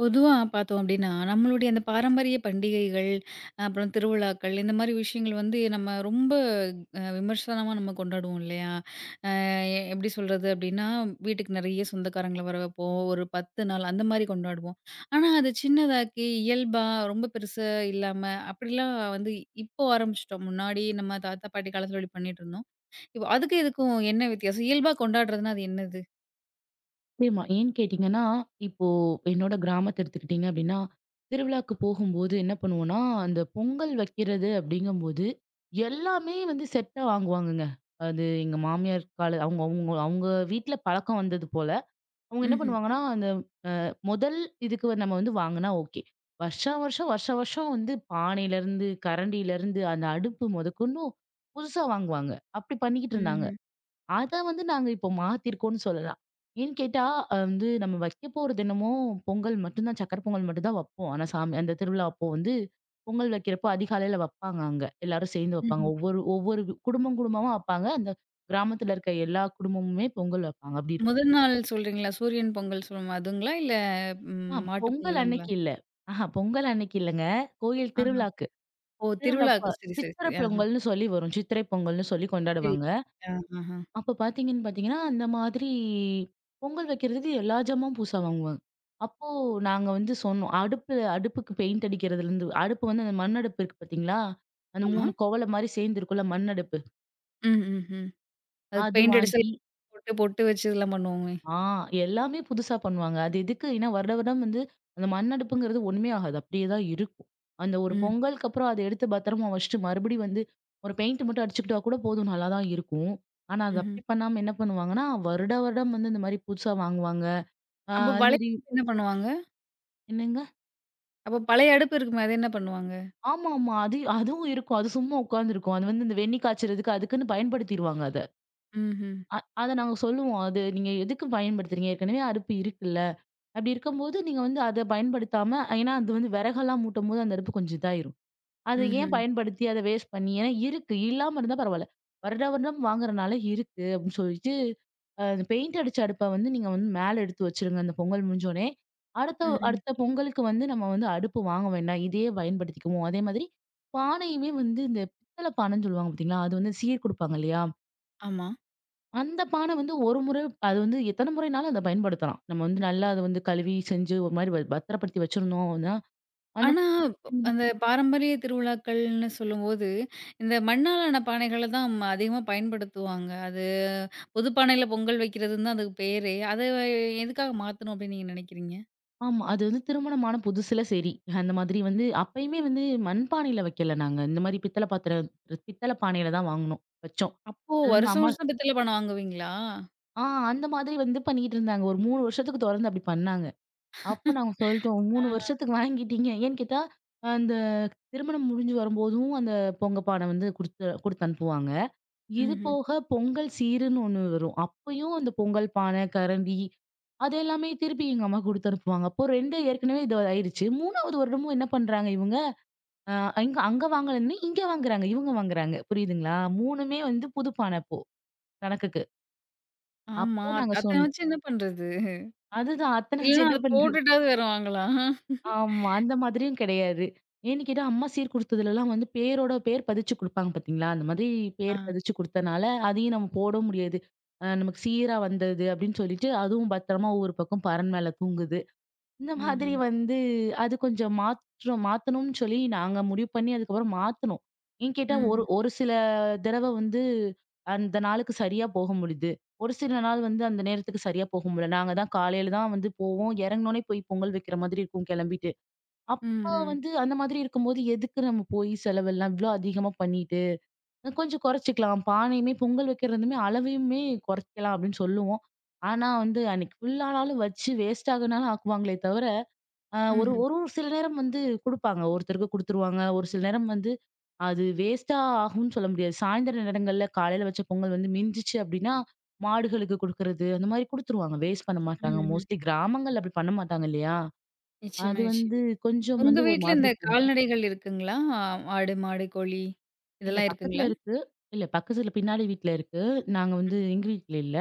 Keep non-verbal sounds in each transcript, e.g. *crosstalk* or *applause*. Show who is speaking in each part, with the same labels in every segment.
Speaker 1: பொதுவா பார்த்தோம் அப்டின்னா, நம்மளுடைய அந்த பாரம்பரிய பண்டிகைகள், அப்புறம் திருவிழாக்கள் இந்த மாரி விஷயங்கள் வந்து நம்ம ரொம்ப விமர்சனமா நம்ம கொண்டாடுவோம் இல்லையா? அ எப்டி சொல்றது அப்டின்னா, வீட்டுக்கு நெறைய சொந்தக்காரங்கள வர வைப்போம். ஒரு 10 நாள் அந்த மாரி கொண்டாடுவோம். ஆனா, அது சின்னதாக்கி இயல்பா ரொம்ப பெருசா இல்லாம அப்டிலாம் வந்து இப்போ ஆரம்பிச்சுட்டோம். முன்னாடி நம்ம தாத்தா, பாட்டி காலத்துல இப்டி பண்ணிட்டுருந்தோம். இப்போ அதுக்கும் இதுக்கும் என்ன வித்தியாசம்? இயல்பா கொண்டாடுறதுன்னா அது என்னது?
Speaker 2: நிச்சயமா. ஏன்னு கேட்டீங்கன்னா, இப்போ என்னோட கிராமத்த எடுத்துக்கிட்டீங்க அப்டின்னா, திருவிழாக்கு போகும்போது என்ன பண்ணுவோம்னா, அந்த பொங்கல் வைக்கிறது அப்டிங்கும்போது, எல்லாமே வந்து செட்டா வாங்குவாங்கங்க. அது எங்க மாமியார் கால அவங்க அவங்க அவங்க வீட்ல பழக்கம் வந்தது போல. அவங்க என்ன
Speaker 1: ம்ஹ்ம்.
Speaker 2: பண்ணுவாங்கன்னா, அந்த முதல் இதுக்கு வந்து நம்ம வந்து வாங்குனா ஓகே. வருஷா வருஷம், வருஷா வருஷம் வந்து பானையிலருந்து, கரண்டியிலருந்து, அந்த அடுப்பு மொதக்கொண்டும் புதுசா வாங்குவாங்க. அப்டி பண்ணிக்கிட்டு இருந்தாங்க.
Speaker 1: ம்ஹ்ம்.
Speaker 2: அத வந்து நாங்க இப்போ மாத்திருக்கோம்னு சொல்லலாம். ஏன்னு கேட்டா, வந்து நம்ம வைக்க போறது என்னமோ பொங்கல் மட்டும் தான் சக்கரை பொங்கல் மட்டும் தான் வைப்போம். ஆனா சாமி அந்த திருவிழா அப்போ வந்து பொங்கல் வைக்கிறப்போ அதிகாலையில வைப்பாங்க அங்க. எல்லாரும் சேர்ந்து வைப்பாங்க.
Speaker 1: ம்ஹ்ம்.
Speaker 2: ஒவ்வொரு ஒவ்வொரு குடும்பம் குடும்பமா வைப்பாங்க. அந்த கிராமத்துல இருக்க எல்லா குடும்பமுமே பொங்கல் வைப்பாங்க. அப்படி இருக்கும்.
Speaker 1: முதல் நாள் சொல்றீங்களா? சூரியன் பொங்கல் சொல்லுவோம் அதுங்களா? இல்ல
Speaker 2: ஆ
Speaker 1: மாட்டு
Speaker 2: பொங்கல்
Speaker 1: பொங்கலுங்களா?
Speaker 2: அன்னைக்கு இல்ல. ஆஹா பொங்கல் அன்னைக்கு இல்லங்க. கோயில்
Speaker 1: ஆஹா.
Speaker 2: திருவிழாக்கு.
Speaker 1: ஓ,
Speaker 2: திருவிழா அப்ப
Speaker 1: திருவிழாவுக்கு. சரி, சரி,
Speaker 2: சித்திரை
Speaker 1: சரி. ஆஹா.
Speaker 2: பொங்கல்னு சொல்லி வரும். சித்திரை பொங்கல்னு சொல்லி
Speaker 1: சரி.
Speaker 2: கொண்டாடுவாங்க.
Speaker 1: ஆ, ஆஹா.
Speaker 2: அப்ப பார்த்தீங்கன்னா, அந்த மாதிரி பொங்கல் வைக்கிறதுக்கு எல்லா ஜாமாவும் புதுசா வாங்குவாங்க. அப்போ நாங்க வந்து சொன்னோம். அடுப்புக்கு பெயிண்ட் அடிக்கிறதுலருந்து அடுப்பு வந்து அந்த மண் அடுப்பு இருக்கு பார்த்தீங்களா? அந்த
Speaker 1: ஆமா.
Speaker 2: 3 குவள மாரி சேர்ந்து இருக்கும்ல மண் அடுப்பு.
Speaker 1: ம், ம், ம். அதுக்கு
Speaker 2: அது
Speaker 1: பெயிண்ட் அடிச்சு
Speaker 2: வாங்கி
Speaker 1: போட்டு, பொட்டு வச்சு இதெல்லாம் பண்ணுவோமே.
Speaker 2: ஆ எல்லாமே புதுசா பண்ணுவாங்க. அது எதுக்கு? ஏன்னா வருட வருடம் வந்து அந்த மண் அடுப்புங்கிறது ஒண்ணுமே ஆகாது. அப்படியே தான் இருக்கும். அந்த ஒரு
Speaker 1: ம்,
Speaker 2: பொங்கலுக்கு அப்புறம் அத எடுத்து பத்திரமா வச்சுட்டு மறுபடியும் வந்து ஒரு பெயிண்ட் மட்டும் அடிச்சுக்கிட்டா கூட போதும் நல்லா தான் இருக்கும். ஆனா அது
Speaker 1: ம்ஹ்ம்.
Speaker 2: அப்படி பண்ணாம என்ன பண்ணுவாங்கன்னா, வருட வருடம் வந்து இந்த மாரி புதுசா வாங்குவாங்க. ஆ
Speaker 1: அப்ப
Speaker 2: அது
Speaker 1: பழைய
Speaker 2: மாரி
Speaker 1: அடுப்பு என்ன பண்ணுவாங்க?
Speaker 2: என்னங்க?
Speaker 1: அப்ப பழைய அடுப்பு இருக்குமே, அது என்ன பண்ணுவாங்க?
Speaker 2: ஆமாமா. அது அதுவும் இருக்கும். அது சும்மா உட்காந்துருக்கும். அது வந்து இந்த வெந்நீ காய்ச்சறதுக்கு அதுக்குன்னு பயன்படுத்திருவாங்க அத.
Speaker 1: ம்ஹ்ம்.
Speaker 2: அ அத நாங்க சொல்லுவோம். அது நீங்க எதுக்கு பயன்படுத்துறீங்க? ஏற்கனவே அடுப்பு இருக்குல்ல. அப்படி இருக்கும்போது நீங்க வந்து அத பயன்படுத்தாம ஏன்னா அது வந்து விறகெல்லாம் மூட்டும்போது அந்த அடுப்பு கொஞ்சம் இதாயிரும். அதை ஏன்
Speaker 1: ம்ஹ்ம்.
Speaker 2: பயன்படுத்தி அத வேஸ்ட் பண்ணி ஏன்னா இருக்கு. இல்லாம இருந்தா பரவால்ல. வருடா வருடம் வாங்குறனால இருக்கு அப்படின்னு சொல்லிட்டு, அந்த பெயிண்ட் அடிச்ச அடுப்ப வந்து நீங்க வந்து மேல எடுத்து வச்சுருங்க. அந்த பொங்கல் முடிஞ்சோனே. அடுத்த
Speaker 1: ம்ஹ்ம்.
Speaker 2: அடுத்த பொங்கலுக்கு வந்து நம்ம வந்து அடுப்பு வாங்க வேண்டாம். இதையே பயன்படுத்திக்குவோம். அதே மாதிரி பானையுமே வந்து இந்த பித்தள பானைன்னு சொல்லுவாங்க பார்த்தீங்களா? அது வந்து சீர் குடுப்பாங்க இல்லையா?
Speaker 1: ஆமா.
Speaker 2: அந்த பானை வந்து ஒரு முறை அது வந்து எத்தனை முறைனாலும் அத பயன்படுத்தலாம். நம்ம வந்து நல்லா அத வந்து கழுவி செஞ்சு ஒரு மாரி பத்திரப்படுத்தி வச்சிருந்தோம்னா, அந்த
Speaker 1: ஆனா,
Speaker 2: மாதிரி-
Speaker 1: அந்த பாரம்பரிய திருவிழாக்கள்னு சொல்லும்போது, இந்த மண்ணாலான பானைகள தான் அதிகமா பயன்படுத்துவாங்க. அது பொது பானையில பொங்கல் வைக்கிறதுன்னு தான் அதுக்கு பேரே. அத எதுக்காக மாத்தணும் அப்படின்னு நீங்க நினைக்கிறீங்க?
Speaker 2: ஆமா. அது வந்து திருமணமான புதுசுல சரி. அந்த மாதிரி வந்து அப்பயுமே வந்து மண்பானையில வைக்கல நாங்க. இந்த மாரி பித்தள பானையில தான் வாங்குனோம். வச்சோம்.
Speaker 1: அப்போ
Speaker 2: அது வந்து
Speaker 1: வருஷம்
Speaker 2: அம்மா
Speaker 1: வருஷம் பித்தள பானை வாங்குவீங்களா?
Speaker 2: ஆ அந்த மாதிரி வந்து பண்ணிட்டு இருந்தாங்க. ஒரு 3 வருஷத்துக்கு தொடர்ந்து அப்படி பண்ணாங்க. அப்ப நாங்க சொல்ட்டோம். 3
Speaker 1: ஆ.
Speaker 2: வருஷத்துக்கு வாங்கிட்டீங்க. ஏன்னு கேட்டா, அந்த திருமணம் முடிஞ்சு வரும்போதும் அந்த பொங்க பானை வந்து குடுத்து குடுத்து அனுப்புவாங்க. இது
Speaker 1: ம்ஹ்ம்.
Speaker 2: போக பொங்கல் சீருன்னு ஒண்ணு வரும். அப்பயும் அந்த பொங்கல் பானை, கரண்டி அது எல்லாமே திருப்பி எங்க அம்மா குடுத்து அனுப்புவாங்க. அப்போ 2 ஏற்கனவே இது ஆயிருச்சு. 3வது வருடமும் என்ன பண்றாங்க இவங்க, அ இங்க அங்க வாங்கலன்னு இங்க வாங்குறாங்க. இவங்க வாங்குறாங்க. புரியுதுங்களா? 3மே வந்து புது பானை அப்போ கணக்குக்கு.
Speaker 1: ஆமா.
Speaker 2: அப்போ
Speaker 1: அத
Speaker 2: நாங்க
Speaker 1: அதை
Speaker 2: சொன்னோம்.
Speaker 1: வச்சு என்ன பண்றது?
Speaker 2: அதுதான்
Speaker 1: இல்லன்னா
Speaker 2: அத்தனாச்சும் என்ன
Speaker 1: அத
Speaker 2: பண்றாங்க
Speaker 1: போட்டுட்டாவது வேற வாங்கலாம்.
Speaker 2: ஆமா. அந்த மாதிரியும் கிடையாது. ஏன்னு கேட்டா, அம்மா சீர்குடுத்ததுலலாம் வந்து பேரோட பேர் பதிச்சு குடுப்பாங்க பார்த்தீங்களா? அந்த மாதிரி
Speaker 1: ஆ.
Speaker 2: பேர் பதிச்சு குடுத்தனால, அதையும் நம்ம போட முடியாது. நமக்கு சீரா வந்தது அப்படின்னு சொல்லிட்டு, அதுவும் பத்திரமா ஒவ்வொரு பக்கம் பரண் மேல தூங்குது. இந்த மாதிரி
Speaker 1: ம்ஹ்ம்.
Speaker 2: வந்து அது கொஞ்சம் மாற்றம் மாத்தணும்னு சொல்லி நாங்க முடிவு பண்ணி அதுக்கப்புறம் மாத்துனோம். ஏன்னு கேட்டா, ஒரு
Speaker 1: ம்ஹ்ம்.
Speaker 2: ஒரு சில தடவ வந்து அந்த நாளுக்கு சரியா போக முடியுது. ஒரு சில நாள் வந்து அந்த நேரத்துக்கு சரியா போக முடியல. நாங்க தான் காலையில தான் வந்து போவோம். இறங்குனோனே போய் பொங்கல் வைக்கிற மாதிரி இருக்கும் கிளம்பிட்டு. அப்ப
Speaker 1: ம்ஹ்ம்.
Speaker 2: வந்து அந்த மாதிரி இருக்கும்போது, எதுக்கு நம்ம போய் செலவெல்லாம் இவ்ளோ அதிகமா பண்ணிட்டு, கொஞ்சம் குறைச்சுக்கலாம். பானையுமே பொங்கல் வைக்கிறதுமே அளவையுமே குறைக்கலாம் அப்படின்னு சொல்லுவோம். ஆனா வந்து அன்னைக்கு ஃபுல்லானாலும் வச்சு வேஸ்ட் ஆகுனாலும் ஆக்குவாங்களே தவிர, அ ஒரு
Speaker 1: ம்ஹ்ம்.
Speaker 2: ஒரு ஒரு சில நேரம் வந்து குடுப்பாங்க. ஒருத்தருக்கு குடுத்துருவாங்க. ஒரு சில நேரம் வந்து அது வேஸ்ட்டா ஆகும்னு சொல்ல முடியாது. சாயந்தர நேரங்கள்ல காலையில வச்ச பொங்கல் வந்து மிஞ்சுச்சு அப்படின்னா, மாடுகளுக்கு குடுக்குறது அந்த மாதிரி குடுத்துருவாங்க. வேஸ்ட் பண்ண மாட்டாங்க.
Speaker 1: ம்ஹ்ம்.
Speaker 2: மோஸ்ட்லி கிராமங்கள்ல அப்படி பண்ண மாட்டாங்க இல்லையா?
Speaker 1: நிச்சயமா,
Speaker 2: அது வந்து
Speaker 1: நிச்சயமா.
Speaker 2: கொஞ்சம்
Speaker 1: உங்க
Speaker 2: வந்து ஒரு
Speaker 1: வீட்ல இந்த
Speaker 2: மாதிரி
Speaker 1: கால்நடைகள் இருக்குங்களா? ஆ, ஆடு, மாடு, கோழி
Speaker 2: இல்ல
Speaker 1: இதெல்லாம்
Speaker 2: பக்கத்துல
Speaker 1: இருக்குங்களா?
Speaker 2: இருக்கு. இல்ல பக்கத்துல பின்னாடி வீட்ல இருக்கு. நாங்க வந்து எங்க வீட்ல இல்ல.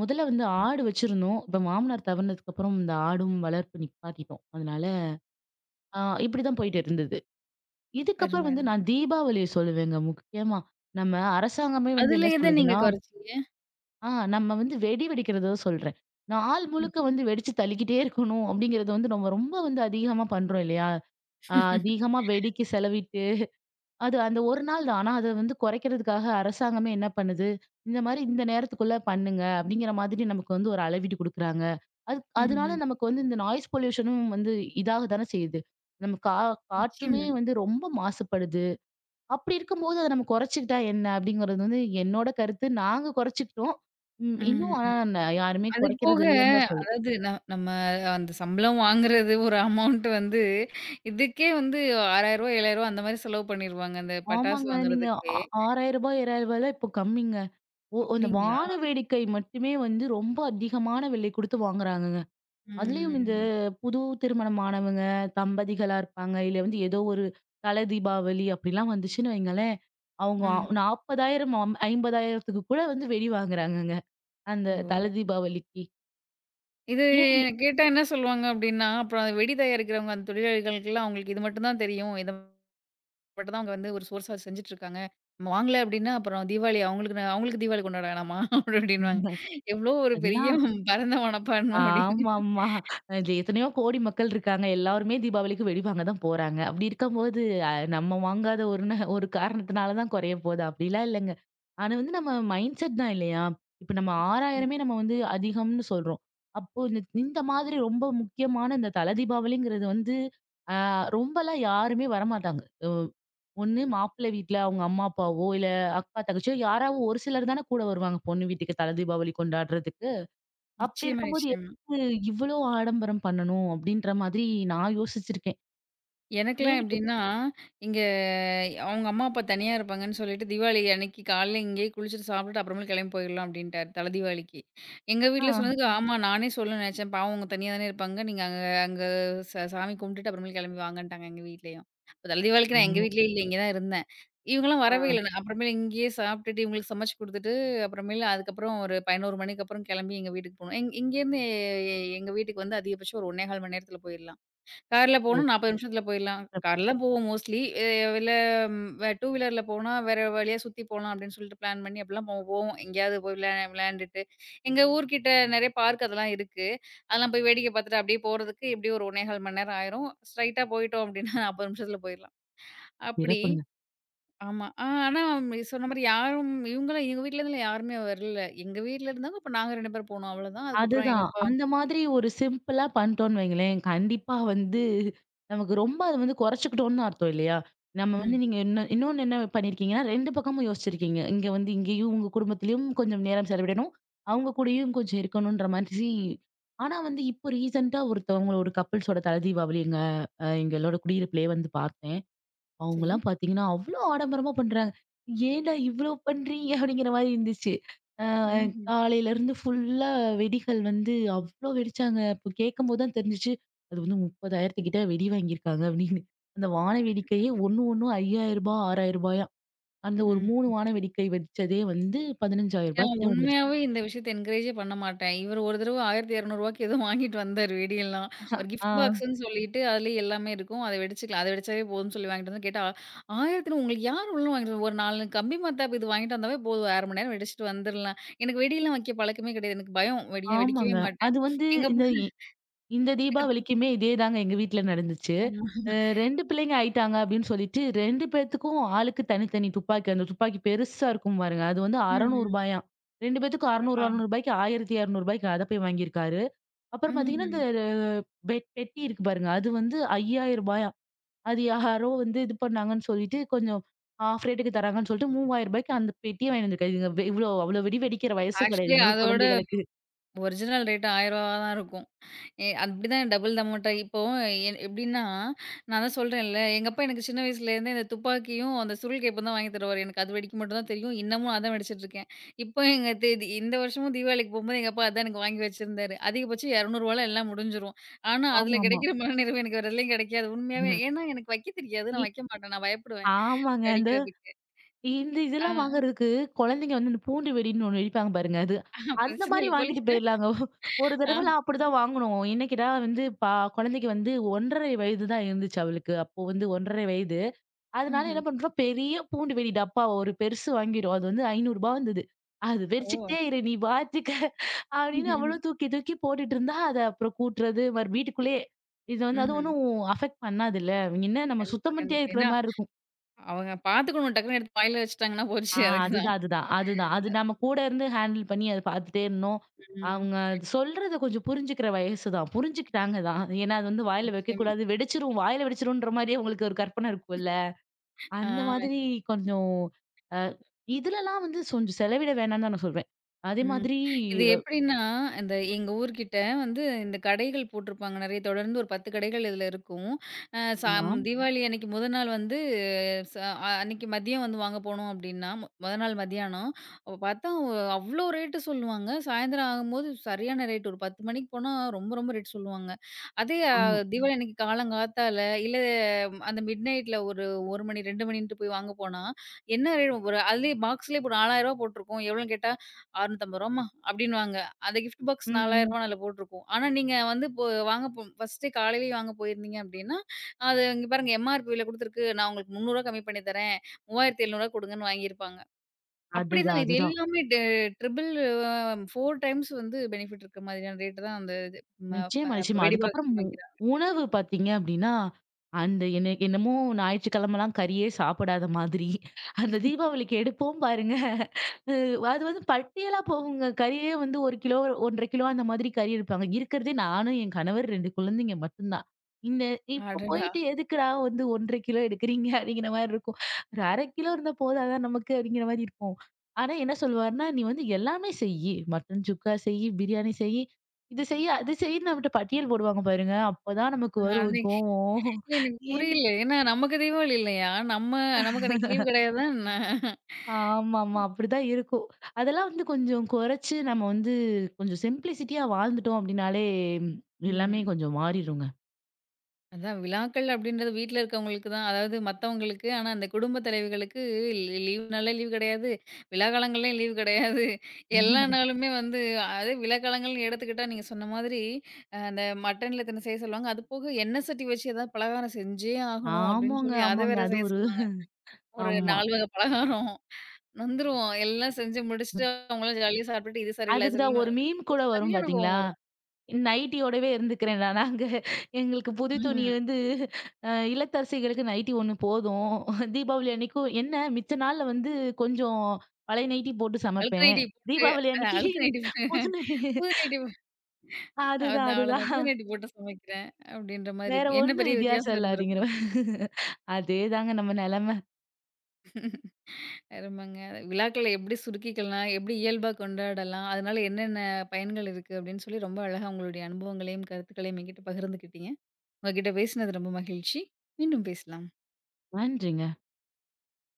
Speaker 2: முதல்ல வந்து ஆடு வச்சிருந்தோம். இப்ப மாமனார் தவறுனதுக்கு அப்புறம் இந்த ஆடும் வளர்ப்பு நிப்பாட்டிட்டோம். அதனால ஆ இப்படிதான் போயிட்டு இருந்தது.
Speaker 1: அருமை,
Speaker 2: இதுக்கப்புறம் வந்து
Speaker 1: அருமை.
Speaker 2: நான் தீபாவளிய சொல்லுவேங்க முக்கியமா. நம்ம அரசாங்கமே வந்து
Speaker 1: அதுல
Speaker 2: என்ன
Speaker 1: எத நீங்க
Speaker 2: சொல்லுதுன்னா,
Speaker 1: குறைச்சீங்க?
Speaker 2: ஆ நம்ம வந்து வெடி வெடிக்கிறத சொல்றேன். நாள் முழுக்க வந்து வெடிச்சு தள்ளிக்கிட்டே இருக்கணும் அப்படிங்கிறத வந்து நம்ம ரொம்ப வந்து அதிகமா பண்றோம் இல்லையா? அதிகமா வெடிக்கு செலவிட்டு அது அந்த ஒரு நாள் தான். ஆனா, அத வந்து குறைக்கிறதுக்காக அரசாங்கமே என்ன பண்ணுது, இந்த மாரி இந்த நேரத்துக்குள்ள பண்ணுங்க அப்படிங்கிற மாதிரி நமக்கு வந்து ஒரு அளவீடு குடுக்குறாங்க. அது அதனால
Speaker 1: ம்ஹ்ம்.
Speaker 2: நமக்கு வந்து இந்த நாய்ஸ் பொல்யூஷனும் வந்து இதாக தானே செய்யுது. நம்ம காற்றுமே
Speaker 1: நிச்சயமா.
Speaker 2: வந்து ரொம்ப மாசுபடுது. அப்படி இருக்கும்போது அத நம்ம குறைச்சுக்கிட்டா என்ன? அப்படிங்கிறது வந்து என்னோட கருத்து. நாங்க குறைச்சுக்கிட்டோம். இன்னும் ஆனா
Speaker 1: ம்ஹ்ம்.
Speaker 2: யாருமே
Speaker 1: அது போக,
Speaker 2: குறைக்கிறது இல்லன்னு தான் சொல்லுவேன்.
Speaker 1: அதாவது, நம்ம அந்த சம்பளம் வாங்குறது ஒரு அமௌண்ட் வந்து இதுக்கே வந்து ரூ. 6000 ரூ. 7000 அந்த மாரி செலவு பண்ணிருவாங்க. அந்த பட்டாசு
Speaker 2: ஆமாங்க. நீங்க ஆ
Speaker 1: வாங்குறதுக்கே.
Speaker 2: ரூ. 6,000 ரூ. 7,000லாம் இப்போ கம்மிங்க. ஓ! அந்த
Speaker 1: அப்படிங்களா?
Speaker 2: வான வேடிக்கை மட்டுமே வந்து ரொம்ப அதிகமான விலை குடுத்து வாங்குறாங்கங்க. அதுலயும் இந்த
Speaker 1: ம்ஹ்ம்.
Speaker 2: புது திருமணமானவங்க, தம்பதிகளா இருப்பாங்க. இல்ல வந்து ஏதோ ஒரு தல தீபாவளி அப்படிலாம் வந்துச்சுன்னு வைங்களேன், அவங்க
Speaker 1: ம்ஹ்ம்.
Speaker 2: 40,000 அம் 50,000த்துக்கு கூட வந்து வெடி வாங்குறாங்கங்க. அந்த
Speaker 1: ஓ!
Speaker 2: தல தீபாவளிக்கு.
Speaker 1: இது
Speaker 2: ஏன்?
Speaker 1: கேட்டா என்ன சொல்லுவாங்க அப்படின்னா, அப்புறம் வெடி தயாரிக்கிறவங்க அந்த தொழிலாளிகளுக்கெல்லாம் அவங்களுக்கு இது மட்டும் தான் தெரியும். இத பட்டு தான் அவங்க வந்து ஒரு சோர்ஸா செஞ்சுட்டு இருக்காங்க. நம்ம வாங்கல அப்டின்னா, அப்புறம் தீபாவளி அவங்களுக்கு நான் அவங்களுக்கு தீபாவளி கொண்டாட வேணாமா? *laughs* அப்டின்னுவாங்க.
Speaker 2: *laughs*
Speaker 1: எவ்ளோ ஒரு பெரிய
Speaker 2: அதெல்லாம்
Speaker 1: பரந்த மனப்பான்மை அப்டின்னு.
Speaker 2: ஆமாமா. இது எத்தனையோ கோடி மக்கள் இருக்காங்க. எல்லாருமே தீபாவளிக்கு வெடி வாங்க தான் போறாங்க. அப்படி இருக்கும்போது, அ நம்ம வாங்காத ஒரு ஒரு காரணத்தினால தான் குறைய போதா? அப்படிலாம் இல்லங்க. ஆனா வந்து நம்ம மைண்ட் செட் தான் இல்லையா? இப்ப நம்ம
Speaker 1: நிச்சயமா,
Speaker 2: 6000மே நம்ம வந்து அதிகம்னு சொல்றோம். அப்போ இந்த இந்த மாதிரி ரொம்ப முக்கியமான இந்த தல தீபாவளிங்கிறது வந்து, அ ரொம்பலாம் யாருமே வரமாட்டாங்க. ஒ ஒண்ணு மாப்பிள்ளை வீட்ல அவங்க அம்மா, அப்பாவோ, இல்ல அக்கா, தங்கச்சியோ யாராவது ஒரு சிலர் தானே கூட வருவாங்க பொண்ணு வீட்டுக்கு தல தீபாவளி கொண்டாடுறதுக்கு. அப்படி
Speaker 1: நிச்சயமா,
Speaker 2: இருக்கும்போது
Speaker 1: நிச்சயமா.
Speaker 2: எதுக்கு இவ்ளோ ஆடம்பரம் பண்ணணும்? அப்படின்ற மாதிரி நான் யோசிச்சிருக்கேன்.
Speaker 1: எனக்கெல்லாம்
Speaker 2: ஏன்னு
Speaker 1: எப்டின்னா, இங்க அவங்க அம்மா, அப்பா தனியா இருப்பாங்கன்னு சொல்லிட்டு, தீபாவளி அன்னைக்கு காலைல இங்கேயே குளிச்சுட்டு, சாப்பிட்டுட்டு அப்புறமேல் கிளம்பி போயிடலாம் அப்படின்ட்டாரு. தல தீபாவளிக்கு. எங்க வீட்ல
Speaker 2: கேட்டீங்கன்னா,
Speaker 1: சொன்னதுக்கு, ஆமா, நானே சொல்லணும்னு நெனச்சேன். பாவம் அவங்க தனியா தானே இருப்பாங்க. நீங்க அங்க அங்க சாமி கும்பிட்டுட்டு அப்புறமேல் கிளம்பி வாங்கன்ட்டாங்க எங்க வீட்லயும். தல தீபாவளிக்கு நான் எங்க
Speaker 2: ஓ!
Speaker 1: வீட்லயே இல்ல. இங்க தான் இருந்தேன். இவங்கலாம்
Speaker 2: ஆ.
Speaker 1: வரவே இல்ல. நான் அப்புறமேல் இங்கேயே சாப்பிட்டுட்டு, இவங்களுக்கு சமைச்சு குடுத்துட்டு, அப்புறமேல் அதுக்கப்புறம் ஒரு 11 மணிக்கு அப்புறம் கிளம்பி எங்க வீட்டுக்கு போனோம். இங்கேருந்து எங்க வீட்டுக்கு வந்து அதிகபட்சம் ஒரு 1 1/4 மணி நேரத்தில போயிடலாம். கார்ல
Speaker 2: ஓ!
Speaker 1: போனா 40 நிமிஷத்துல போயிடலாம்.
Speaker 2: சிறப்பு
Speaker 1: கார்ல தான் போவோம் மோஸ்ட்லி. இல்ல டூ வீலர்ல போனா வேற வழியா சுத்தி போலாம் அப்படின்னு சொல்லிட்டு பிளான் பண்ணி அப்படிலாம் போவோம். எங்கேயாவது போய் விளையாண்டுட்டு, எங்க ஊர்கிட்ட நெறைய பார்க் அதெல்லாம் இருக்கு. அதெல்லாம் போய் வேடிக்கை பார்த்துட்டு அப்படியே போறதுக்கு எப்படியும் ஒரு 1 1/2 மணி நேரம் ஆயிரும். ஸ்ட்ரைட்டா போயிட்டோம் அப்படின்னா *laughs* 40 நிமிஷத்துல போயிடலாம். அப்படி
Speaker 2: சிறப்புங்க.
Speaker 1: ஆமா. ஆனா, நீ சொன்ன மாரி யாரும் இவங்கலாம் எங்க வீட்லருந்துலாம் யாருமே வரல. எங்க வீட்ல இருந்தாங்க. அப்ப நாங்க 2 பேரும் போனோம் அவ்வளோதான். அதுக்கப்புறம் எங்க
Speaker 2: அதுதான்.
Speaker 1: அப்பா
Speaker 2: அந்த மாதிரி ஒரு சிம்பிளா பண்ணிட்டோம்னு வைங்களேன், கண்டிப்பா வந்து நமக்கு ரொம்ப அது வந்து குறைச்சுக்கிட்டோம்னு அர்த்தம் இல்லையா? நம்ம வந்து
Speaker 1: ம்.
Speaker 2: நீங்க இன்னொன்னு என்ன பண்ணியிருக்கீங்கன்னா, 2 பக்கமும் யோசிச்சிருக்கீங்க. இங்க வந்து இங்கேயும் உங்க குடும்பத்திலயும் கொஞ்சம் நேரம் செலவிடணும். அவங்க கூடயும் கொஞ்சம் இருக்கணுன்ற மாதிரி ஆனா வந்து இப்போ ரீசென்ட்டா ஒருத்தவங்க ஒரு கப்பிள்ஸோட தல தீபாவளி எங்க எங்களோட குடியிருப்பிலேயே வந்து பார்த்தேன்.
Speaker 1: சரி.
Speaker 2: அவங்கலாம் பார்த்தீங்கன்னா, அவ்ளோ ஆடம்பரமா பண்றாங்க. "ஏன்டா இவ்ளோ பண்றீங்க?" அப்படிங்கிற மாரி இருந்துச்சு. அ
Speaker 1: ம்ஹ்ம்.
Speaker 2: காலையிலருந்து ஃபுல்லா வெடிகள் வந்து அவ்ளோ வெடிச்சாங்க. இப்போ கேட்கும்போது தான் தெரிஞ்சுச்சு, அது வந்து 30,000 கிட்ட வெடி வாங்கியிருக்காங்க அப்படின்னு. அந்த வான வேடிக்கையே ஒண்ணும் ரூ. 5,000 ரூ. 6,000யாம். அந்த ஒரு
Speaker 1: ம்.
Speaker 2: 3 வான வேடிக்கை வெடிச்சதே வந்து ரூ. 15,000
Speaker 1: நான்
Speaker 2: கிட்ட வந்துருச்சு.
Speaker 1: உண்மையாவே இந்த விஷயத்த என்கரேஜே பண்ண மாட்டேன். இவரு ஒரு தடவ ரூ. 1200க்கு ஏதோ வாங்கிட்டு வந்தாரு வெடியெல்லாம். ஒரு கிஃப்ட்
Speaker 2: ஆ.
Speaker 1: பாக்ஸ்ன்னு சொல்லிட்டு அதுலயே எல்லாமே இருக்கும். அத வெடிச்சுக்கலாம். அத வெடிச்சாவே போதும்னு சொல்லி வாங்கிட்டு வந்து கேட்டா, 1000ன்னு உங்களுக்கு யார், உள்ள வாங்கிட்டு வந்து ஒரு 4 கம்பி மத்தாப்பு இது வாங்கிட்டு வந்தாவே போதும். 1/2 மணி நேரம் வெடிச்சுட்டு வந்துரலாம். எனக்கு வெடியெல்லாம் வைக்க பழக்கமே கிடையாது. எனக்கு பயம். வெடிய வெடிக்கவே
Speaker 2: ஆமாங்க.
Speaker 1: மாட்டேன்.
Speaker 2: அது வந்து
Speaker 1: எங்க போ
Speaker 2: இந்த இ இந்த
Speaker 1: எனக்கு
Speaker 2: தீபாவளிக்குமே இதே தாங்க எங்க வீட்ல நடந்துச்சு.
Speaker 1: ஆமா.
Speaker 2: அ 2 பிள்ளைங்க ஆயிட்டாங்க அப்படின்னு சொல்லிட்டு 2 பேத்துக்கும் ஆளுக்கு தனித்தனி துப்பாக்கி. அந்த துப்பாக்கி பெருசா இருக்கும் பாருங்க. அது வந்து ரூ.
Speaker 1: ம். ம்.
Speaker 2: 600யாம். 2 பேத்துக்கும் ரூ. 600,
Speaker 1: ஆஹா.
Speaker 2: 600 ரூ. 1200 அத போய் வாங்கியிருக்காரு. அப்புறம் பார்த்தீங்கன்னா, இந்த
Speaker 1: ம்.
Speaker 2: பெட்டி இருக்கு பாருங்க. அது வந்து ரூ. 5000யாம். அது யாரோ வந்து இது பண்ணாங்கன்னு சொல்லிட்டு கொஞ்சம் ஆஃப் ரேட்டுக்கு தராங்கன்னு சொல்லிட்டு ரூ. 3000க்கு அந்த பெட்டிய வாங்கிட்டு வந்திருக்காரு. இதுங்க இவ்ளோ அவ்வளோ வெடி வெடிக்கிற வயசும் கிடையாது.
Speaker 1: ஆக்சுவலி
Speaker 2: என்னோட
Speaker 1: அதோட
Speaker 2: குழந்தைகளுக்கு.
Speaker 1: ஒரிஜினல் ரேட் ரூ. 1000வா தான் இருக்கும். அப்படிதான் டபுள் அமௌண்ட்டா இப்போ எ எப்படின்னா, நான் தான் சொல்றேன்ல, எங்க அப்பா எனக்கு சின்ன வயசுலேருந்தே இந்த துப்பாக்கியும், அந்த சுருள் கேப்பும் தான் வாங்கி தருவாரு. எனக்கு அது வெடிக்க மட்டும் தான் தெரியும். இன்னமும் அதான் வெடிச்சிட்டுருக்கேன். இப்போ எங்க தி தி இந்த வருஷமும் தீபாவளிக்கு போம்போது எங்க அப்பா அதான் எனக்கு வாங்கி வச்சிருந்தாரு. அதிகபட்சம் ரூ. 200ல எல்லாம் முடிஞ்சிரும். ஆனா, அதில
Speaker 2: ஆமாமா.
Speaker 1: கிடைக்கிற மனநிறைவு எனக்கு வேற எதுலயும் கிடைக்காது. உண்மையாவே. ஏன்னா, எனக்கு வைக்க தெரியாது. நான்
Speaker 2: இ
Speaker 1: வைக்க மாட்டேன். நான் பயப்படுவேன்
Speaker 2: ஆமாங்க. அந்த
Speaker 1: வெடிக்கிறதுக்கு. ஆ
Speaker 2: இதெல்லாம் வாங்குறதுக்கு குழந்தைங்க வந்து இந்த பூண்டு வெடின்னு ஒண்ணு வெடிப்பாங்க பாருங்க. அது
Speaker 1: *laughs*
Speaker 2: அந்த
Speaker 1: பிரச்சனை
Speaker 2: மாரி
Speaker 1: இல்ல
Speaker 2: வாங்கிட்டு
Speaker 1: போலயே.
Speaker 2: போயிரலாங்க. ஒரு
Speaker 1: ஆ.
Speaker 2: தடவலாம் அப்படிதான் வாங்குனோம். என்ன கேட்டா வந்து பா குழந்தைக்கு வந்து 1 1/2 வயது தான் இருந்துச்சு அவளுக்கு. அப்போ வந்து 1 1/2 வயது. அதனால
Speaker 1: ம்ஹ்ம்.
Speaker 2: என்ன பண்றோம், பெரிய பூண்டு வெடி டப்பா ஒரு பெருசு வாங்கிட்டோம். அது வந்து ரூ. 500 வந்தது. "அது
Speaker 1: ஓ!
Speaker 2: வெடிச்சுக்கிட்டே இரு, நீ பாத்துக்க" அப்படின்னு
Speaker 1: ம்ஹ்ம்.
Speaker 2: அவளும் தூக்கி தூக்கி போட்டுட்டு இருந்தா, அத அப்புறம் கூட்டுறது, மறு வீட்டுக்குள்ளேயே. இது வந்து அது
Speaker 1: ம்ஹ்ம்.
Speaker 2: ஒண்ணும் அஃபெக்ட் பண்ணாதுல்ல. என்ன நம்ம
Speaker 1: கண்டிப்பா,
Speaker 2: சுத்தம் பண்ணிட்டே
Speaker 1: கண்டிப்பா.
Speaker 2: இருக்கிற
Speaker 1: ஏன்னா
Speaker 2: மாரி இருக்கும்.
Speaker 1: அவங்க பாத்துக்கணும். டக்குன்னு எடுத்து வாயில வச்சுட்டாங்கன்னா போச்சு. அதுக்கு தான்.
Speaker 2: அதுதான். அது நம்ம கூட இருந்து ஹேண்டில் பண்ணி அத பார்த்துட்டே இருந்தோம்.
Speaker 1: ம்.
Speaker 2: அவங்க அது சொல்றத கொஞ்சம் புரிஞ்சுக்கிற வயசு தான். புரிஞ்சுக்கிட்டாங்க தான். ஏன்னா அது வந்து வாயில
Speaker 1: நிச்சயமா.
Speaker 2: வைக்கக்கூடாது, வெடிச்சிரும், வாயில வெடிச்சிரும்ன்ற மாரியே அவங்களுக்கு ஒரு கற்பனை இருக்கும்ல. அந்த
Speaker 1: ஆ,
Speaker 2: மாதிரி கொஞ்சம் அ இதுலலாம் வந்து கொஞ்சம் செலவிட வேணாம்னு தான் நான் சொல்வேன். அதே
Speaker 1: ம்.
Speaker 2: மாதிரி
Speaker 1: இது எப்படின்னா, இந்த எங்க ஊர்கிட்ட வந்து இந்த கடைகள் போட்டிருப்பாங்க. நெறைய தொடர்ந்து ஒரு 10 கடைகள் இதுல இருக்கும். அ சாம்
Speaker 2: ஆமா,
Speaker 1: தீபாவளி அன்னைக்கு முதல் நாள் வந்து ச அ அன்னைக்கு மதியம் வந்து வாங்க போனோம் அப்டின்னா, மொத நாள் மதியானம் அப்ப பார்த்தா அவ்ளோ ரேட்டு சொல்லுவாங்க. சாயந்தரம் ஆகும்போது சரியான ரேட். ஒரு 10 மணிக்கு போனா ரொம்ப, ரொம்ப ரேட் சொல்லுவாங்க. அதே
Speaker 2: ஆமா.
Speaker 1: ம். தீபாவளி அன்னைக்கு காலங்காத்தால இல்ல அந்த மிட் நைட்ல ஒரு 1 மணி 2 மணின்ட்டு போய் வாங்க போனா, என்ன ஒரு அதுலயே பாக்ஸ்லயே இப்போ ரூ. 4000 போட்டிருக்கும். எவ்வளோன்னு கேட்டா ரூ. 650 அப்டின்னுவாங்க. அந்த கிஃப்ட் பாக்ஸ் ரூ.
Speaker 2: ம்.
Speaker 1: 4000 அதுல போட்டிருக்கும். ஆனா நீங்க வந்து இப்போ வாங்க போ ஃபர்ஸ்ட்டு காலையிலயே வாங்க போயிருந்தீங்க அப்டின்னா, அது இங்க பாருங்க எம்ஆர்பில குடுத்துருக்கு. நான் உங்களுக்கு ரூ. 300 கம்மி பண்ணி தரேன். ரூ. 3700 குடுங்கன்னு வாங்கியிருப்பாங்க. அப்படிதான்
Speaker 2: அதுதான்,
Speaker 1: இது
Speaker 2: அதுதான்.
Speaker 1: எல்லாமே ட்ரிபிள் அ 4 டைம்ஸ் வந்து பெனிஃபிட் இருக்க மாதிரியான ரேட் தான் அந்த இது ம
Speaker 2: நிச்சயமா,
Speaker 1: ப
Speaker 2: நிச்சயமா.
Speaker 1: வெடி பாக்ஸ்
Speaker 2: அதுக்கப்புறம்
Speaker 1: வாங்கிறாங்க.
Speaker 2: உணவு பார்த்தீங்க அப்படின்னா, அந்த என்ன என்னமோ ஞாயிற்றுக்கிழமலாம் கறியே சாப்பிடாத மாதிரி, அந்த தீபாவளிக்கு எடுப்போம் பாருங்க. அ அது வந்து பட்டியலா போகுங்க. கறியே வந்து 1 கிலோ 1 1/2 கிலோ அந்த மாதிரி கறி எடுப்பாங்க. இருக்கிறதே நானும், என் கணவர் 2 குழந்தைங்க மட்டும்தான். இந்த இப்ப
Speaker 1: அடடா!
Speaker 2: போயிட்டு எதுக்குடா வந்து 1 1/2 கிலோ எடுக்குறீங்க *laughs* அப்படிங்கிற மாரி இருக்கும். ஒரு 1/2 கிலோ இருந்தா போதாதான் நமக்கு அப்படிங்கிற மாரி இருக்கும். ஆனா என்ன சொல்லுவாருன்னா, "நீ வந்து எல்லாமே செய்யி. மட்டன் சுக்கா செய்யி, பிரியாணி செய்யி. இது செய்ய அது செய்யன்னு நம்மட்ட பட்டியல் போடுவாங்க பாருங்க. அப்பதான் நமக்கு வரும்
Speaker 1: அன்னைக்கு
Speaker 2: கோவம்.
Speaker 1: இல்ல எனக்கு
Speaker 2: ஏன்னு
Speaker 1: புரியல. ஏன்னா நமக்கு தீபாவளி இல்லையா? நம்ம நமக்கு அன்னைக்கு லீவ் கிடையாதா என்ன?
Speaker 2: ஆமாமா. அப்படிதான் இருக்கும். அதெல்லாம் வந்து கொஞ்சம் குறைச்சு நம்ம வந்து கொஞ்சம் சிம்ப்ளிசிட்டியா வாழ்ந்துட்டோம் அப்படின்னாலே, ம், எல்லாமே
Speaker 1: ம்.
Speaker 2: கொஞ்சம் மாறிருங்க.
Speaker 1: அதான் விழாக்கள் அப்படின்றது வீட்ல இருக்கவங்களுக்கு தான். அதாவது மத்தவங்களுக்கு. ஆனா, அந்த குடும்ப தலைவிகளுக்கு லீவ் நாளே லீவ் கிடையாது. விழா காலங்கள்லயும் லீவ் கிடையாது. எல்லா நாளுமே வந்து அது விழா காலங்கள்னு எடுத்துக்கிட்டா நீங்க சொன்ன மாதிரி, அந்த மட்டன்ல இத்தன செய்ய சொல்லுவாங்க. அது போக எண்ணெய் சட்டி வச்சு ஏதாவது பலகாரம் செஞ்சே ஆகணும் அப்படின்னு
Speaker 2: ஆமாங்க,
Speaker 1: சொல்லி அத
Speaker 2: ஆமாங்க.
Speaker 1: வேற
Speaker 2: அது
Speaker 1: செய்ய
Speaker 2: ஒரு
Speaker 1: சொல்லுவாங்க. ஒரு
Speaker 2: ஆமா.
Speaker 1: 4 வகை பலகாரம். நொந்துருவோம். எல்லாம் செஞ்சு முடிச்சுட்டு அவங்களாம் ஜாலியா சாப்பிட்டுட்டு இது சரியில்ல,
Speaker 2: அதுக்கு தான் ஒரு
Speaker 1: சரியில்லன்னு
Speaker 2: மீம் கூட வரும்
Speaker 1: சரியான
Speaker 2: பாத்தீங்களா?
Speaker 1: கோவம் வரும்.
Speaker 2: நைட்டியோடவே இருந்துக்கிறேன் நான் அங்க. எங்களுக்கு புது துணி
Speaker 1: ம்.
Speaker 2: வந்து இல்லத்தரசிகளுக்கு நைட்டி 1 போதும். தீபாவளி அன்னைக்கும் என்ன மிச்ச நாள்ல வந்து கொஞ்சம் பழைய நைட்டி போட்டு
Speaker 1: அழுக்கு
Speaker 2: சமைப்பேன்.
Speaker 1: நைட்டி போட்டு
Speaker 2: தீபாவளி அன்னைக்கு
Speaker 1: அழுக்கு நைட்டி போட்டு
Speaker 2: புது நை
Speaker 1: புது நைட்டி
Speaker 2: அதுதான்,
Speaker 1: அதான் அவ்வளோதான்.
Speaker 2: அதுதான்.
Speaker 1: புதினாட்டு போட்டு சமைக்கிறேன் அப்படின்ற மாரி.
Speaker 2: வேற
Speaker 1: என்ன
Speaker 2: ஒண்ணும்
Speaker 1: பெரிய
Speaker 2: வித்தியாசம்
Speaker 1: வித்தியாசம்
Speaker 2: இல்ல
Speaker 1: இருந்துற
Speaker 2: அப்படிங்கிற
Speaker 1: போது.
Speaker 2: அதேதாங்க நம்ம நெலைமை.
Speaker 1: அருமங்க. விழாக்கள எப்படி சுருக்கிக்கலாம், எப்படி இயல்பா கொண்டாடலாம், அதனால என்னென்ன பயன்கள் இருக்கு அப்படின்னு சொல்லி ரொம்ப அழகா உங்களுடைய அனுபவங்களையும், கருத்துக்களையும் என்கிட்ட பகிர்ந்துக்கிட்டீங்க. உங்ககிட்ட பேசினது ரொம்ப மகிழ்ச்சி. மீண்டும் பேசலாம்.
Speaker 2: நன்றிங்க.